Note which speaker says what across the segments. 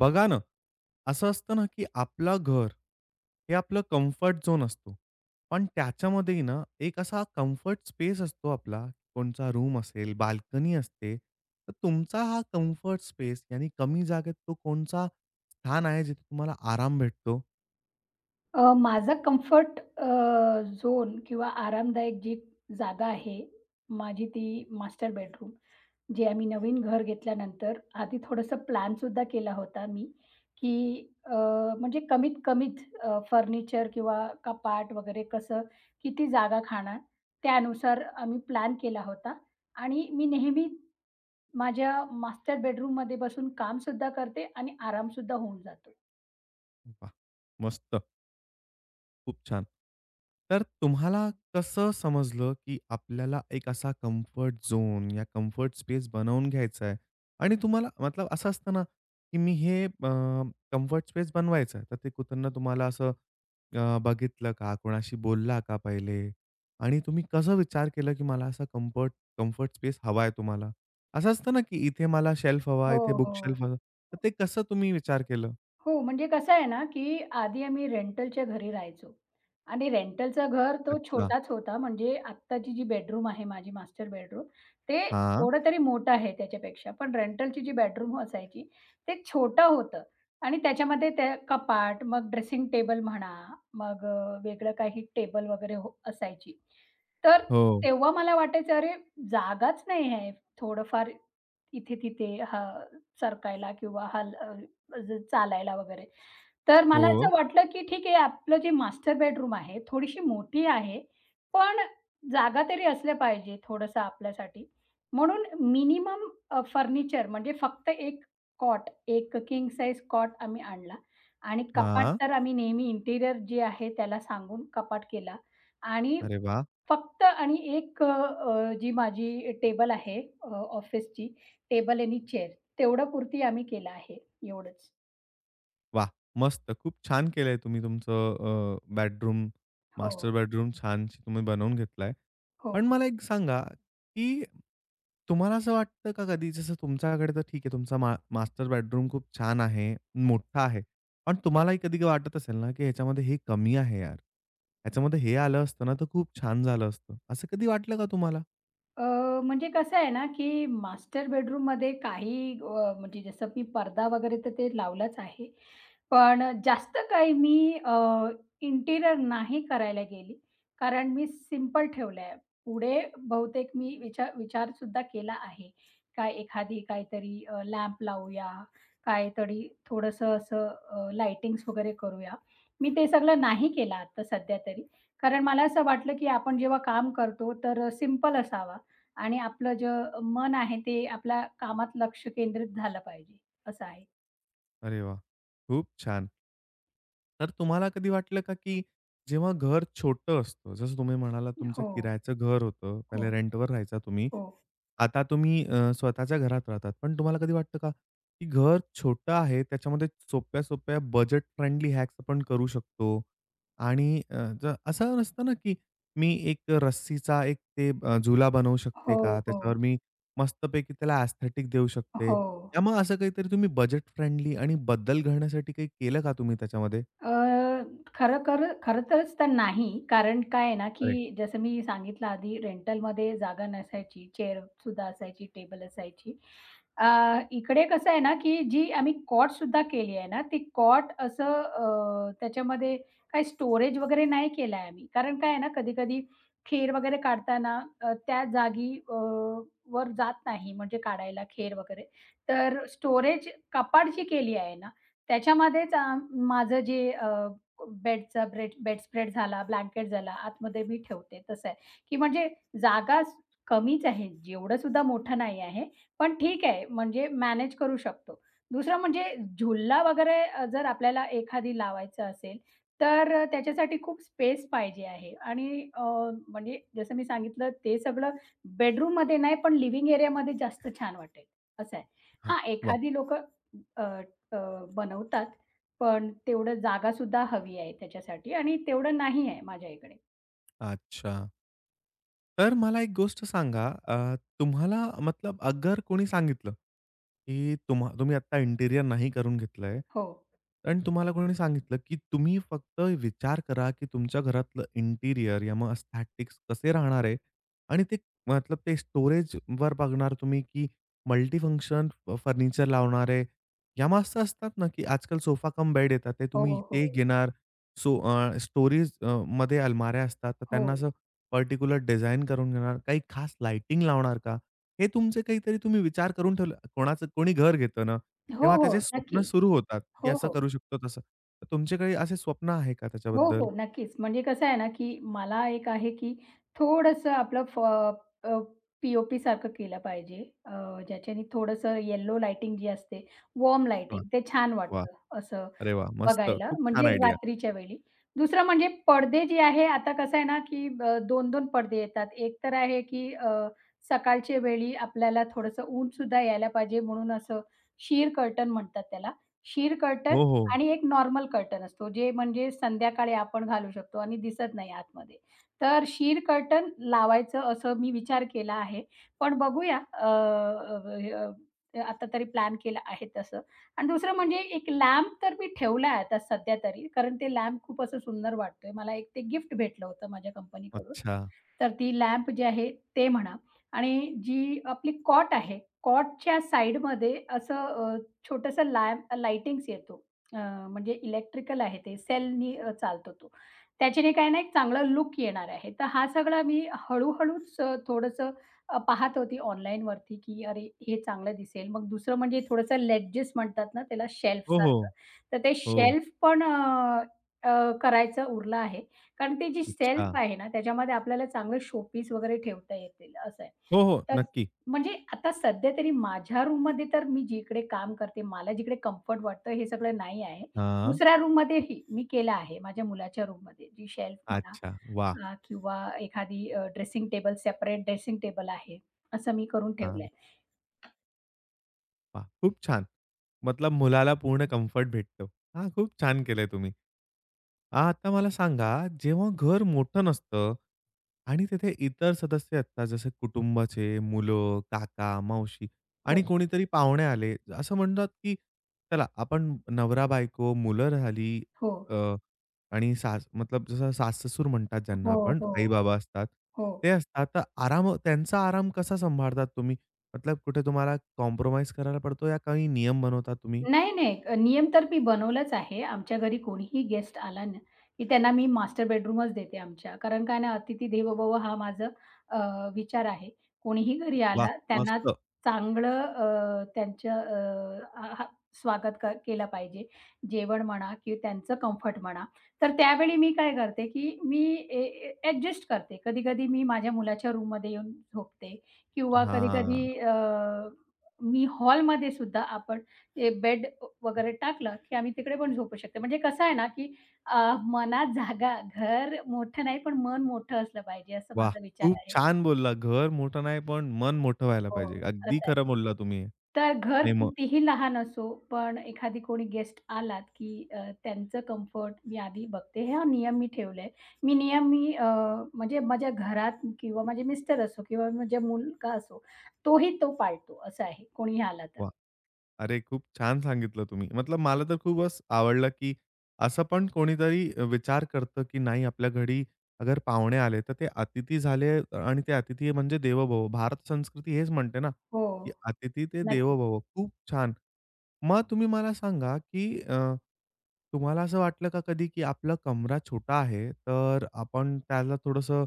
Speaker 1: बघा ना, असं असतं ना, की आपलं घर हे आपलं कम्फर्ट झोन असतो. पण त्याच्यामध्येही ना, एक असा कम्फर्ट स्पेस असतो आपला, कोणचा रूम असेल, बाल्कनी असते. तर तुमचा हा कम्फर्ट स्पेस यानी कमी जागेत तो कोणचा स्थान आहे जिथे तुम्हाला आराम भेटतो?
Speaker 2: माझा कम्फर्ट झोन किंवा आरामदायक जी जागा आहे, माझी ती मास्टर बेडरूम. जे आम्ही नवीन घर घेतल्यानंतर आधी थोडंसं प्लॅन सुद्धा केला होता मी, की अ, म्हणजे कमीत कमीत फर्निचर किंवा कपाट वगैरे कसं, किती जागा खाणार, त्यानुसार आम्ही प्लॅन केला होता आणि मी नेहमी माझ्या मास्टर बेडरूममध्ये बसून कामसुद्धा करते आणि आरामसुद्धा होऊन जातो.
Speaker 1: वाह! मस्त. खूप छान. तर तुम्हाला कसं समजलं, की आपल्याला एक असा कम्फर्ट झोन या कम्फर्ट स्पेस बनवून घ्यायचा आहे आणि तुम्हाला मतलब असं असतं ना, की मी हे कम्फर्ट स्पेस बनवायचं आहे. तर ते कुत्र्यांना तुम्हाला असं बघितलं का? कोणाशी बोलला का पहिले? आणि तुम्ही कसा विचार केला, की मला असा कम्फर्ट कम्फर्ट स्पेस हवा आहे तुम्हाला? असं असतं ना, की इथे मला शेल्फ हवा,
Speaker 2: हो,
Speaker 1: इथे बुक
Speaker 2: हो.
Speaker 1: शेल्फ हवा. तर ते कसं तुम्ही विचार केलं?
Speaker 2: हो, म्हणजे कसं आहे ना, की आधी आम्ही रेंटलच्या घरी राहायचो आणि रेंटलचं घर तो
Speaker 1: अच्छा.
Speaker 2: छोटाच होता. म्हणजे आत्ताची जी बेडरूम आहे माझी मास्टर बेडरूम, ते
Speaker 1: हां.
Speaker 2: थोडं तरी मोठं आहे त्याच्यापेक्षा. पण रेंटलची जी बेडरूम असायची, ते छोटं होतं आणि त्याच्यामध्ये त्या कपाट, मग ड्रेसिंग टेबल म्हणा, मग वेगळं काही टेबल वगैरे हो असायची. तर
Speaker 1: हो,
Speaker 2: तेव्हा मला वाटायचं, "अरे, जागाच नाही आहे थोडंफार इथे-तिथे हां, सरकायला किंवा हल ज चालायला वगैरे. तर मला
Speaker 1: हो.
Speaker 2: असं वाटलं, की ठीक आहे आपलं जे मास्टर बेडरूम आहे, थोडीशी मोठी आहे, पण जागा तरी असल्या पाहिजे थोडंसं आपल्यासाठी. म्हणून मिनिमम फर्निचर म्हणजे फक्त एक कॉट, एक किंग साइज कॉट आम्ही आणला आणि कपाट
Speaker 1: हां.
Speaker 2: तर आम्ही नेहमी इंटिरियर जे आहे त्याला सांगून कपाट केला आणि
Speaker 1: अरे वाह!
Speaker 2: फक्त आणि एक अ, अ, जी माझी टेबल आहे ऑफिसची टेबल आणि चेअर तेवढ्यापुरती आम्ही केलं आहे, एवढंच.
Speaker 1: वाह! मस्त. खूप छान केलंय तुम्ही तुमचं बेडरूम,
Speaker 2: हो,
Speaker 1: मास्टर बेडरूम छानशी तुम्ही बनवून घेतलाय.
Speaker 2: हो.
Speaker 1: पण मला एक सांगा, की तुम्हाला असं वाटतं का कधी जसं तुमच्याकडे तर ठीक आहे तुमचा मास्टर बेडरूम खूप छान आहे, मोठा आहे. पण तुम्हालाही कधी वाटत असेल ना, की ह्याच्यामध्ये हे कमी आहे यार. ह्याच्यामध्ये हे आलं असतं ना, तर खूप छान झालं असतं. असं कधी वाटलं का तुम्हाला?
Speaker 2: अ, म्हणजे कसं आहे ना, की मास्टर बेडरूममध्ये काही म्हणजे जसं मी पडदा वगैरे तर ते लावलाच आहे. पण जास्त काही मी इंटिरियर नाही करायला गेली. कारण मी सिंपल ठेवलं आहे. पुढे बहुतेक मी विचारसुद्धा केला आहे. काय एखादी काहीतरी लॅम्प लावूया, काहीतरी थोडंसं असं लाइटिंग्स वगैरे करूया. मी ते सगळं नाही केलं आता सध्या तरी. कारण मला असं वाटलं, की आपण जेव्हा काम करतो तर असावा. आणि आपलं जे मन आहे ते आपल्या कामात लक्ष केंद्रित झालं पाहिजे, असं आहे.
Speaker 1: अरे वाह! खूप छान. तर तुम्हाला कधी वाटलं का, की जेव्हा घर छोटं असतं, जसं तुम्ही म्हणालात तुमचं
Speaker 2: हो,
Speaker 1: किरायचं घर होतं, पहिले
Speaker 2: हो,
Speaker 1: रेंटवर राहायचा तुम्ही.
Speaker 2: हो,
Speaker 1: आता तुम्ही स्वतःच्या घरात राहतात. पण तुम्हाला कधी वाटतं का, की घर छोटं आहे, त्याच्यामध्ये सोप्या-सोप्या बजेट फ्रेंडली हॅक्स आपण करू शकतो आणि अ, ज असं नसतं ना, की मी एक रस्सीचा एक ते झुला बनवू
Speaker 2: हो,
Speaker 1: शकते का?
Speaker 2: हो,
Speaker 1: त्याच्यावर मी मस्तपैकी त्याला एस्थेटिक देऊ शकते.
Speaker 2: हो.
Speaker 1: त्यामुळे असं काहीतरी तुम्ही बजेट फ्रेंडली आणि बदल घडण्यासाठी काही केलं का तुम्ही त्याच्यामध्ये?
Speaker 2: अ, खरंतरच तर नाही. कारण काय आहे ना,
Speaker 1: अरे!
Speaker 2: की जसं मी सांगितलं आधी रेंटलमध्ये जागा नसायची, चेअरसुद्धा असायची, टेबल असायची. अ, इकडे कसं आहे ना, की जी आम्ही कॉटसुद्धा केली आहे ना, ती कॉट असं त्याच्यामध्ये काही स्टोरेज वगैरे नाही केला आहे आम्ही. कारण काय आहे ना, कधी-कधी खेर वगैरे काढताना त्या जागी वर जात नाही म्हणजे काढायला खेर वगैरे. तर स्टोरेज कपाट जी केली आहे ना, त्याच्यामध्येच माझं जे बेडचा बेडस्प्रेड झाला, ब्लँकेट झाला, आतमध्ये मी ठेवते तसं आहे, की म्हणजे जागा स- कमीच आहे, जेवढं सुद्धा मोठं नाही आहे, पण ठीक आहे म्हणजे मॅनेज करू शकतो. दुसरं म्हणजे झुला वगैरे जर आपल्याला एखादी लावायचं असेल, तर त्याच्यासाठी खूप स्पेस पाहिजे आहे आणि म्हणजे जसं मी सांगितलं ते सगळं बेडरूममध्ये नाही, पण लिव्हिंग एरियामध्ये जास्त छान वाटेल, असं आहे.
Speaker 1: हां.
Speaker 2: हां,
Speaker 1: वाह!
Speaker 2: एखादी लोकं अ, बनवतात. पण तेवढं जागासुद्धा हवी आहे त्याच्यासाठी आणि तेवढं नाही आहे माझ्या इकडे.
Speaker 1: अच्छा. तर मला एक गोष्ट सांगा, तुम्हाला मतलब अगर कोणी सांगितलं, की तुम्ही आत्ता इंटिरियर नाही करून घेतलंय
Speaker 2: हो.
Speaker 1: आणि तुम्हाला कोणी सांगितलं, की तुम्ही फक्त विचार करा, की तुमच्या घरातलं इंटिरियर या मग एस्थेटिक्स कसे राहणार आहे आणि ते मतलब ते स्टोरेजवर बघणार तुम्ही, की मल्टीफंक्शन फर्निचर लावणार आहे. या मग असं असतात ना, की आजकाल सोफा कम बेड येतात. ते तुम्ही
Speaker 2: हो, हो.
Speaker 1: ते घेणार. सो स्टोरेज मध्ये अलमाऱ्या असतात. तर
Speaker 2: हो.
Speaker 1: त्यांना असं पार्टिक्युलर डिझाइन करून घेणार, काही खास लाइटिंग लावणार का? हे तुमचे काहीतरी तुम्ही विचार करून ठेवलं. कोणाचं कोणी घर घेतं ना,
Speaker 2: हो,
Speaker 1: तेव्हा
Speaker 2: हो.
Speaker 1: त्याचे स्वप्न
Speaker 2: नक्की.
Speaker 1: सुरू होतात, की
Speaker 2: हो,
Speaker 1: असं
Speaker 2: हो.
Speaker 1: करू शकतो, तसं. तर तुमचे काही असे स्वप्न आहे का
Speaker 2: हो,
Speaker 1: त्याच्याबद्दल?
Speaker 2: हो. नक्कीच. म्हणजे कसं आहे ना, की मला एक आहे, की थोडंसं आपलं पी-ओ-पी सारखं केलं पाहिजे. अ, ज्याच्याने थोडंसं येलो लाइटिंग जी असते, वॉर्म
Speaker 1: वाह!
Speaker 2: लाइटिंग ते छान
Speaker 1: वाह!
Speaker 2: वाटतं असं
Speaker 1: अरे वाह! मस्त.
Speaker 2: बघायला,
Speaker 1: खूप छान
Speaker 2: म्हणजे
Speaker 1: आयडिया.
Speaker 2: रात्रीच्या वेळी. दुसरं म्हणजे पडदे जे आहे, आता कसं आहे ना, की 2-2 पडदे येतात. एक तर आहे, की सकाळच्या वेळी आपल्याला थोडंसं ऊनसुद्धा यायला पाहिजे म्हणून असं शीर कर्टन म्हणतात त्याला. शीर
Speaker 1: हो, हो.
Speaker 2: आणि एक नॉर्मल कर्टन असतो, जे म्हणजे संध्याकाळी आपण घालू शकतो आणि दिसत नाही आतमध्ये. तर शीर कर्टन लावायचं असं मी विचार केला आहे. पण बघूया अ, अ, अ, आता तरी प्लॅन केला आहे तसं. आणि दुसरं म्हणजे एक लॅम्प तर मी ठेवला आहे आता सध्या तरी, कारण ते लॅम्प खूप असं सुंदर वाटतोय. मला एक ते गिफ्ट भेटलं होतं माझ्या कंपनीकडून.
Speaker 1: अच्छा.
Speaker 2: तर ती लॅम्प जी आहे ते म्हणा आणि जी आपली कॉट आहे, कॉटच्या साइडमध्ये असं छोटंसं लॅम्प लाइटिंग्स येतो. अ, म्हणजे इलेक्ट्रिकल आहे ते, सेलनी चालतो तो. त्याच्याने काय ना एक चांगला लूक येणार आहे. तर हा सगळा मी हळू-हळूच थोडंसं पाहत होती ऑनलाईनवरती, की अरे हे चांगलं दिसेल. मग दुसरं म्हणजे थोडंसं लेडजेस म्हणतात ना त्याला
Speaker 1: हो, हो.
Speaker 2: शेल्फसारखं. तर ते
Speaker 1: हो.
Speaker 2: शेल्फ पण अ, अ, करायचं उरलं आहे. कारण ती जी
Speaker 1: अच्छा.
Speaker 2: शेल्फ आहे ना त्याच्यामध्ये आपल्याला चांगलं शोपीस वगैरे ठेवता येतील असं आहे.
Speaker 1: हो, हो.
Speaker 2: तर
Speaker 1: नक्की.
Speaker 2: म्हणजे आता सध्या तरी माझ्या रूममध्ये तर मी जिकडे काम करते, मला जिकडे कम्फर्ट वाटतं हे सगळं नाही आहे.
Speaker 1: हां.
Speaker 2: दुसऱ्या रूममध्येही मी केलं आहे. माझ्या मुलाच्या रूममध्ये जी शेल्फ म्हणा
Speaker 1: अच्छा. वाह!
Speaker 2: अ, किंवा एखादी dressing table separate dressing table आहे. असं मी करून ठेवलंय.
Speaker 1: हां. वाह! खूप छान. मतलब मुलाला पूर्ण कम्फर्ट भेटतो. हां, खूप छान केलंय तुम्ही. हा, आता मला सांगा, जेव्हा घर मोठं नसतं आणि तिथे इतर सदस्य असतात, जसे कुटुंबाचे मुलं, काका, मावशी
Speaker 2: हो,
Speaker 1: आणि कोणीतरी पाहुणे आले. असं म्हणतात, की चला आपण नवरा-बायको, मुलं राहिली
Speaker 2: हो,
Speaker 1: अ, आणि सास मतलब जसं सास-ससूर म्हणतात
Speaker 2: हो,
Speaker 1: ज्यांना आपण,
Speaker 2: हो,
Speaker 1: आई-बाबा असतात,
Speaker 2: हो.
Speaker 1: ते असतात. तर त्यांचा आराम कसा सांभाळतात तुम्ही? मतलब कुठे तुम्हाला कॉम्प्रोमाईज करायला पडतो या काही नियम बनवता तुम्ही?
Speaker 2: नाही, नाही. नियम तर मी बनवलाच आहे. आमच्या घरी कोणीही गेस्ट आला ना, की त्यांना मी मास्टर बेडरूमच देते आमच्या. कारण काय ना, "अतिथी देवो भव" हा माझा अ, विचार आहे. कोणीही घरी
Speaker 1: वाह!
Speaker 2: आला, त्यांना
Speaker 1: मस्त.
Speaker 2: चांगलं अ, त्यांचं अ, आ, हा स्वागत केलं पाहिजे. जेवण म्हणा किंवा त्यांचं कम्फर्ट म्हणा. तर त्यावेळी मी काय करते, की मी ॲडजस्ट करते. कधी-कधी मी माझ्या मुलाच्या रूममध्ये येऊन झोपते किंवा
Speaker 1: हां.
Speaker 2: कधी-कधी मी हॉलमध्ये सुद्धा आपण ते बेड वगैरे टाकलं, की आम्ही तिकडे पण झोपू शकतो. म्हणजे कसं आहे ना, की अ, मनात जागा घर मोठं नाही, पण मन मोठं असलं पाहिजे असं
Speaker 1: वाह!
Speaker 2: माझा विचार
Speaker 1: खूप
Speaker 2: आहे.
Speaker 1: छान बोलला. घर मोठं नाही, पण मन मोठं व्हायला
Speaker 2: हो,
Speaker 1: पाहिजे.
Speaker 2: असं
Speaker 1: अगदी
Speaker 2: आहे.
Speaker 1: खरं बोलला तुम्ही.
Speaker 2: तर घर
Speaker 1: नाही मग
Speaker 2: कितीही लहान असो, पण एखादी कोणी गेस्ट आलात, की त्यांचं कम्फर्ट मी आधी बघते. हा नियम मी ठेवलाय. मी नियम म्हणजे माझ्या घरात किंवा माझे मिस्टर असो किंवा माझा मुलगा असो, तोही तो पाळतो असं आहे, कोणीही आला तर.
Speaker 1: वाह! अरे, खूप छान सांगितलं तुम्ही. मतलब मला तर खूपच आवडलं, की असं पण कोणीतरी विचार करतं, की नाही आपल्या घरी अगर पाहुणे आले, तर ते अतिथी झाले आणि ते अतिथी म्हणजे देवो भव. भारत संस्कृती हेच म्हणते ना,
Speaker 2: हो,
Speaker 1: की अतिथी ते
Speaker 2: नक्की.
Speaker 1: देवो भव. खूप छान. मग तुम्ही मला सांगा, की तुम्हाला असं वाटलं का कधी, की आपला कमरा छोटा आहे, तर आपण त्याला थोडंसं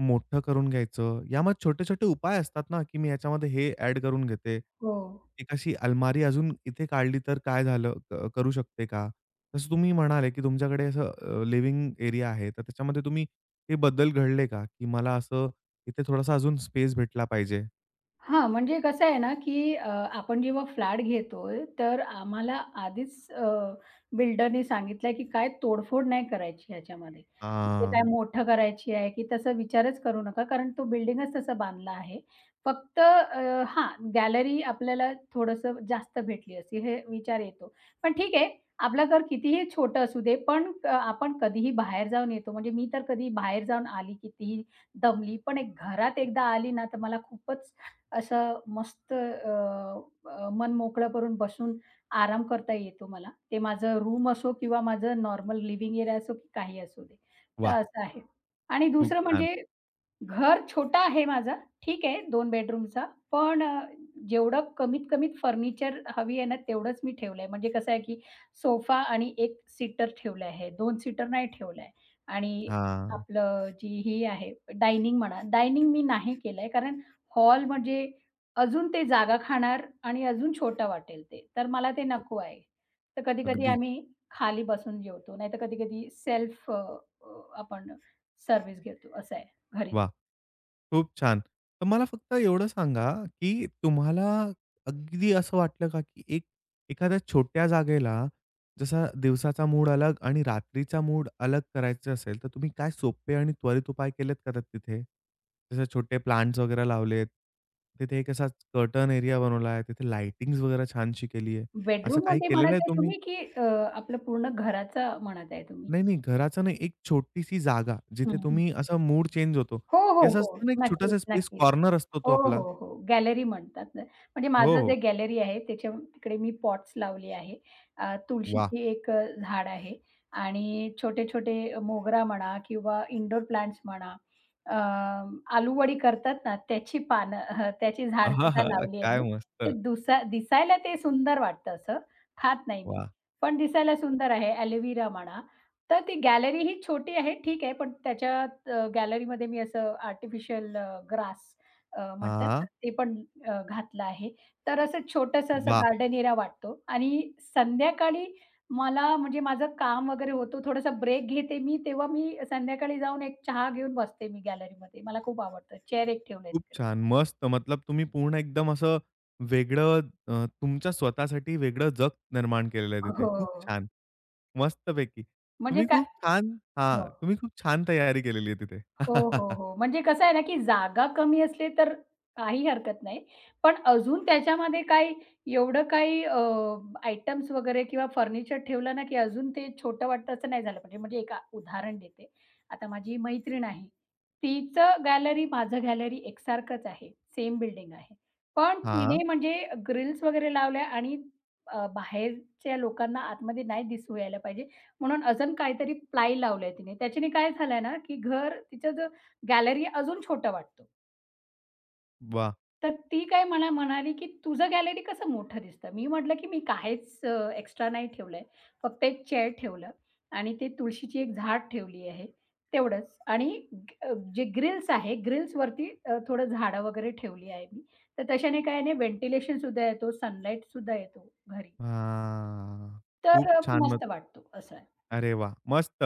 Speaker 1: मोठं करून घ्यायचं? यामध्ये छोटे-छोटे उपाय असतात ना, की मी याच्यामध्ये हे ॲड करून घेते.
Speaker 2: हो.
Speaker 1: एक अशी अलमारी अजून इथे काढली तर काय झालं करू शकते का? जसं तुम्ही म्हणाले, की तुमच्याकडे असं लिव्हिंग एरिया आहे, तर त्याच्यामध्ये तुम्ही हे बदल घडले का? की मला असं इथे थोडासा अजून स्पेस भेटला पाहिजे?
Speaker 2: हां, म्हणजे कसं आहे ना, की आपण जेव्हा फ्लॅट घेतोय, तर आम्हाला आधीच बिल्डरनी सांगितलंय, की काय तोडफोड नाही करायची ह्याच्यामध्ये. म्हणजे काय
Speaker 1: हां.
Speaker 2: मोठं करायची आहे, की तसा विचारच करू नका, कारण तो बिल्डिंगच तसा बांधला आहे. फक्त हां, गॅलरी आपल्याला थोडंसं जास्त भेटली असती, हे विचार येतो. पण ठीक आहे, आपलं घर कितीही छोटं असू दे, पण आपण कधीही बाहेर जाऊन येतो. म्हणजे मी तर कधी बाहेर जाऊन आली, कितीही दमली, पण एक घरात एकदा आली ना, तर मला खूपच असं मस्त अ, अ, मन मोकळं करून बसून आराम करता येतो मला. ते माझं रूम असो किंवा माझं नॉर्मल लिव्हिंग एरिया असो की काही असू दे. तर
Speaker 1: वाह!
Speaker 2: असं आहे. आणि
Speaker 1: खूप
Speaker 2: दुसरं
Speaker 1: छान.
Speaker 2: म्हणजे घर छोटा आहे माझं. ठीक आहे 2 बेडरूमचा. पण जेवढं कमीत कमीत फर्निचर हवी आहे ना, तेवढंच मी ठेवलंय. म्हणजे कसं आहे, की सोफा आणि 1 सीटर ठेवलं आहे. 2 सीटर नाही ठेवलं आहे. आणि
Speaker 1: हां.
Speaker 2: आपलं जी ही आहे डायनिंग म्हणा, डायनिंग मी नाही केलंय कारण हॉल म्हणजे अजून ते जागा खाणार आणि अजून छोटं वाटेल ते. तर मला ते
Speaker 1: हो,
Speaker 2: नको आहे. तर कधी-कधी
Speaker 1: अगदी.
Speaker 2: आम्ही खाली बसून जेवतो. नाहीतर कधी-कधी सेल्फ आपण सर्व्हिस घेतो असं आहे घरी.
Speaker 1: वाह! खूप छान. तर मला फक्त एवढं सांगा, की तुम्हाला अगदी असं वाटलं का, की एक एखाद्या छोट्या जागेला जसा दिवसाचा मूड अलग आणि रात्रीचा मूड अलग करायचा असेल, तर तुम्ही काय सोपे आणि त्वरित उपाय केलेत का तिथे? जसे छोटे प्लांट्स वगैरे लावलेत, तिथे एक असा कर्टन एरिया बनवला आहे, तिथे लाइटिंग्स वगैरे छानशी केली आहे. असं काही
Speaker 2: बेडरूममध्ये
Speaker 1: केलेलं
Speaker 2: म्हणत
Speaker 1: आहे
Speaker 2: आहे
Speaker 1: तुम्ही?
Speaker 2: तुम्ही की अ, आपलं पूर्ण घराचा म्हणत आहे तुम्ही?
Speaker 1: नाही, नाही. घराचं नाही, एक छोटीशी जागा, जिथे
Speaker 2: हं.
Speaker 1: तुम्ही असा मूड चेंज होतो.
Speaker 2: हो,
Speaker 1: की
Speaker 2: हो,
Speaker 1: असं
Speaker 2: हो.
Speaker 1: असतं ना, एक
Speaker 2: नक्कीच,
Speaker 1: छोटासा स्पेस
Speaker 2: नक्कीच.
Speaker 1: कॉर्नर असतो तो
Speaker 2: हो,
Speaker 1: आपला.
Speaker 2: हो, हो. गॅलरी म्हणतात ना. म्हणजे
Speaker 1: हो,
Speaker 2: माझं
Speaker 1: हो.
Speaker 2: जे गॅलरी आहे त्याच्या तिकडे मी पॉट्स लावले आहे.
Speaker 1: वाह!
Speaker 2: तुळशीची एक झाड आहे आणि छोटे-छोटे मोगरा म्हणा किंवा इंडोर प्लांट्स म्हणा, अ, आलूवडी करतात ना त्याची पानं हं, त्याची झाडसुद्धा
Speaker 1: आहाहा!
Speaker 2: लावली आहे
Speaker 1: काय
Speaker 2: मी. ते
Speaker 1: मस्त.
Speaker 2: दिसायला ते सुंदर वाटतं असं, खात नाही मी.
Speaker 1: वाह!
Speaker 2: पण दिसायला सुंदर आहे. ॲलोव्हेरा म्हणा. तर ती गॅलरी ही छोटी आहे, ठीक आहे. पण त्याच्यात गॅलरीमध्ये मी असं आर्टिफिशियल ग्रास म्हणतात ना,
Speaker 1: हां.
Speaker 2: ते पण घातलं आहे. तर असं छोटंसं असं
Speaker 1: वाह!
Speaker 2: गार्डन एरिया वाटतो आणि संध्याकाळी मला म्हणजे माझं काम वगैरे होतो, थोडासा ब्रेक घेते मी, तेव्हा मी संध्याकाळी जाऊन एक चहा घेऊन बसते मी गॅलरीमध्ये. मला खूप आवडतं. चेअर एक ठेवलंय
Speaker 1: खूप
Speaker 2: तिकडे.
Speaker 1: छान. मस्त मतलब तुम्ही पूर्ण एकदम असं वेगळं तुमच्या स्वतःसाठी वेगळं जग निर्माण केलेलं आहे तिथे.
Speaker 2: हो.
Speaker 1: खूप छान. मस्तपैकी.
Speaker 2: म्हणजे
Speaker 1: तुम्ही
Speaker 2: काय
Speaker 1: खूप छान हां.
Speaker 2: हो.
Speaker 1: तुम्ही खूप छान तयारी केलेली आहे तिथे.
Speaker 2: हो, हो, हो. म्हणजे कसं आहे ना, की जागा कमी असली तर काही हरकत नाही. पण अजून त्याच्यामध्ये काही एवढं काही आयटम्स वगैरे किंवा फर्निचर ठेवलं ना, की अजून ते छोटं वाटतं असं नाही झालं पाहिजे. म्हणजे एक उदाहरण देते. आता माझी मैत्रीण आहे. तिचं गॅलरी, माझं गॅलरी एकसारखंच आहे. सेम बिल्डिंग आहे. पण
Speaker 1: हां.
Speaker 2: तिने म्हणजे ग्रिल्स वगैरे लावल्या आणि बाहेरच्या लोकांना आतमध्ये नाही दिसू यायला पाहिजे म्हणून अजून काहीतरी प्लाय लावलंय तिने. त्याच्याने काय झालंय ना, की घर तिचं जो गॅलरी अजून छोटं वाटतो.
Speaker 1: वाह!
Speaker 2: तर ती काय मला म्हणाली, की "तुझं गॅलरी कसं मोठं दिसतं?" मी म्हटलं, की "मी काहीच एक्स्ट्रा नाही ठेवलंय. फक्त एक चेअर ठेवलं आणि ते तुळशीची एक झाड ठेवली आहे, तेवढंच. आणि जे ग्रिल्स आहे, ग्रिल्सवरती थोडं झाडं वगैरे ठेवली आहे मी. तर तशाने काय नाही व्हेंटिलेशन सुद्धा येतो, सनलाईट सुद्धा येतो घरी.
Speaker 1: हां.
Speaker 2: तर
Speaker 1: खूप
Speaker 2: अ,
Speaker 1: छान.
Speaker 2: मस्त वाटतो." असं आहे.
Speaker 1: अरे वा, मस्त.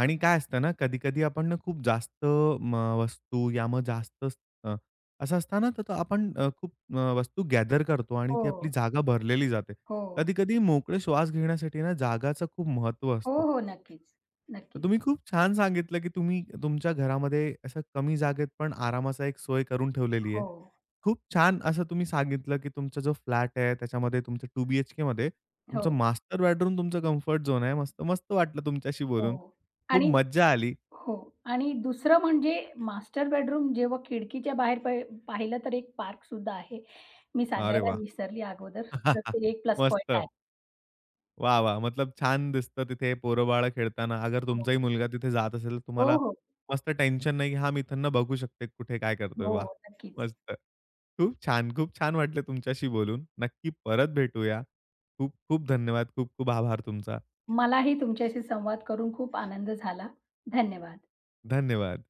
Speaker 1: आणि काय असतं ना, कधी-कधी आपण ना खूप जास्त म वस्तू या मग जास्त अ, असं असतं ना, तर तो आपण खूप वस्तू गॅदर करतो आणि
Speaker 2: हो,
Speaker 1: ती आपली जागा भरलेली जाते.
Speaker 2: हो.
Speaker 1: कधी-कधी मोकळे श्वास घेण्यासाठी ना जागाचं खूप महत्त्व
Speaker 2: हो,
Speaker 1: असतो.
Speaker 2: हो. नक्कीच,
Speaker 1: तर
Speaker 2: नक्कीच.
Speaker 1: तुम्ही खूप छान सांगितलं, की तुम्ही तुमच्या घरामध्ये असं कमी जागेत पण आरामाचा एक सोय करून ठेवलेली
Speaker 2: हो,
Speaker 1: आहे. खूप छान असं तुम्ही सांगितलं, की तुमचा जो फ्लॅट आहे त्याच्यामध्ये तुमचं 2 बीएचकेमध्ये
Speaker 2: हो,
Speaker 1: तुमचं मास्टर बेडरूम तुमचं कम्फर्ट झोन आहे. मस्त, मस्त वाटलं तुमच्याशी बोलून.
Speaker 2: हो.
Speaker 1: खूप
Speaker 2: आणि
Speaker 1: मज्जा आली.
Speaker 2: हो. आणि दुसरं म्हणजे मास्टर बेडरूम जेव्हा खिडकीच्या बाहेर प पाहिलं तर एक पार्कसुद्धा आहे. मी
Speaker 1: अरे
Speaker 2: सांगायला
Speaker 1: वाह!
Speaker 2: विसरली अगोदर, तर ते एक प्लस पॉइंट
Speaker 1: मस्त.
Speaker 2: आहे.
Speaker 1: वाह, वाह! मतलब छान दिसतं तिथे पोरं-बाळं खेळताना. अगर
Speaker 2: हो,
Speaker 1: तुमचाही मुलगा तिथे जात असेल, तर
Speaker 2: हो,
Speaker 1: तुम्हाला
Speaker 2: हो.
Speaker 1: मस्त टेन्शन नाही, की हां, मी इथनं बघू शकते कुठे काय करतोय.
Speaker 2: हो,
Speaker 1: वाह!
Speaker 2: नक्कीच.
Speaker 1: मस्त. खूप छान, खूप छान वाटलं तुमच्याशी बोलून. नक्की परत भेटूया. खूप खूप धन्यवाद. खूप खूप आभार तुमचा.
Speaker 2: मलाही तुमच्याशी संवाद करून खूप आनंद झाला. धन्यवाद.
Speaker 1: धन्यवाद.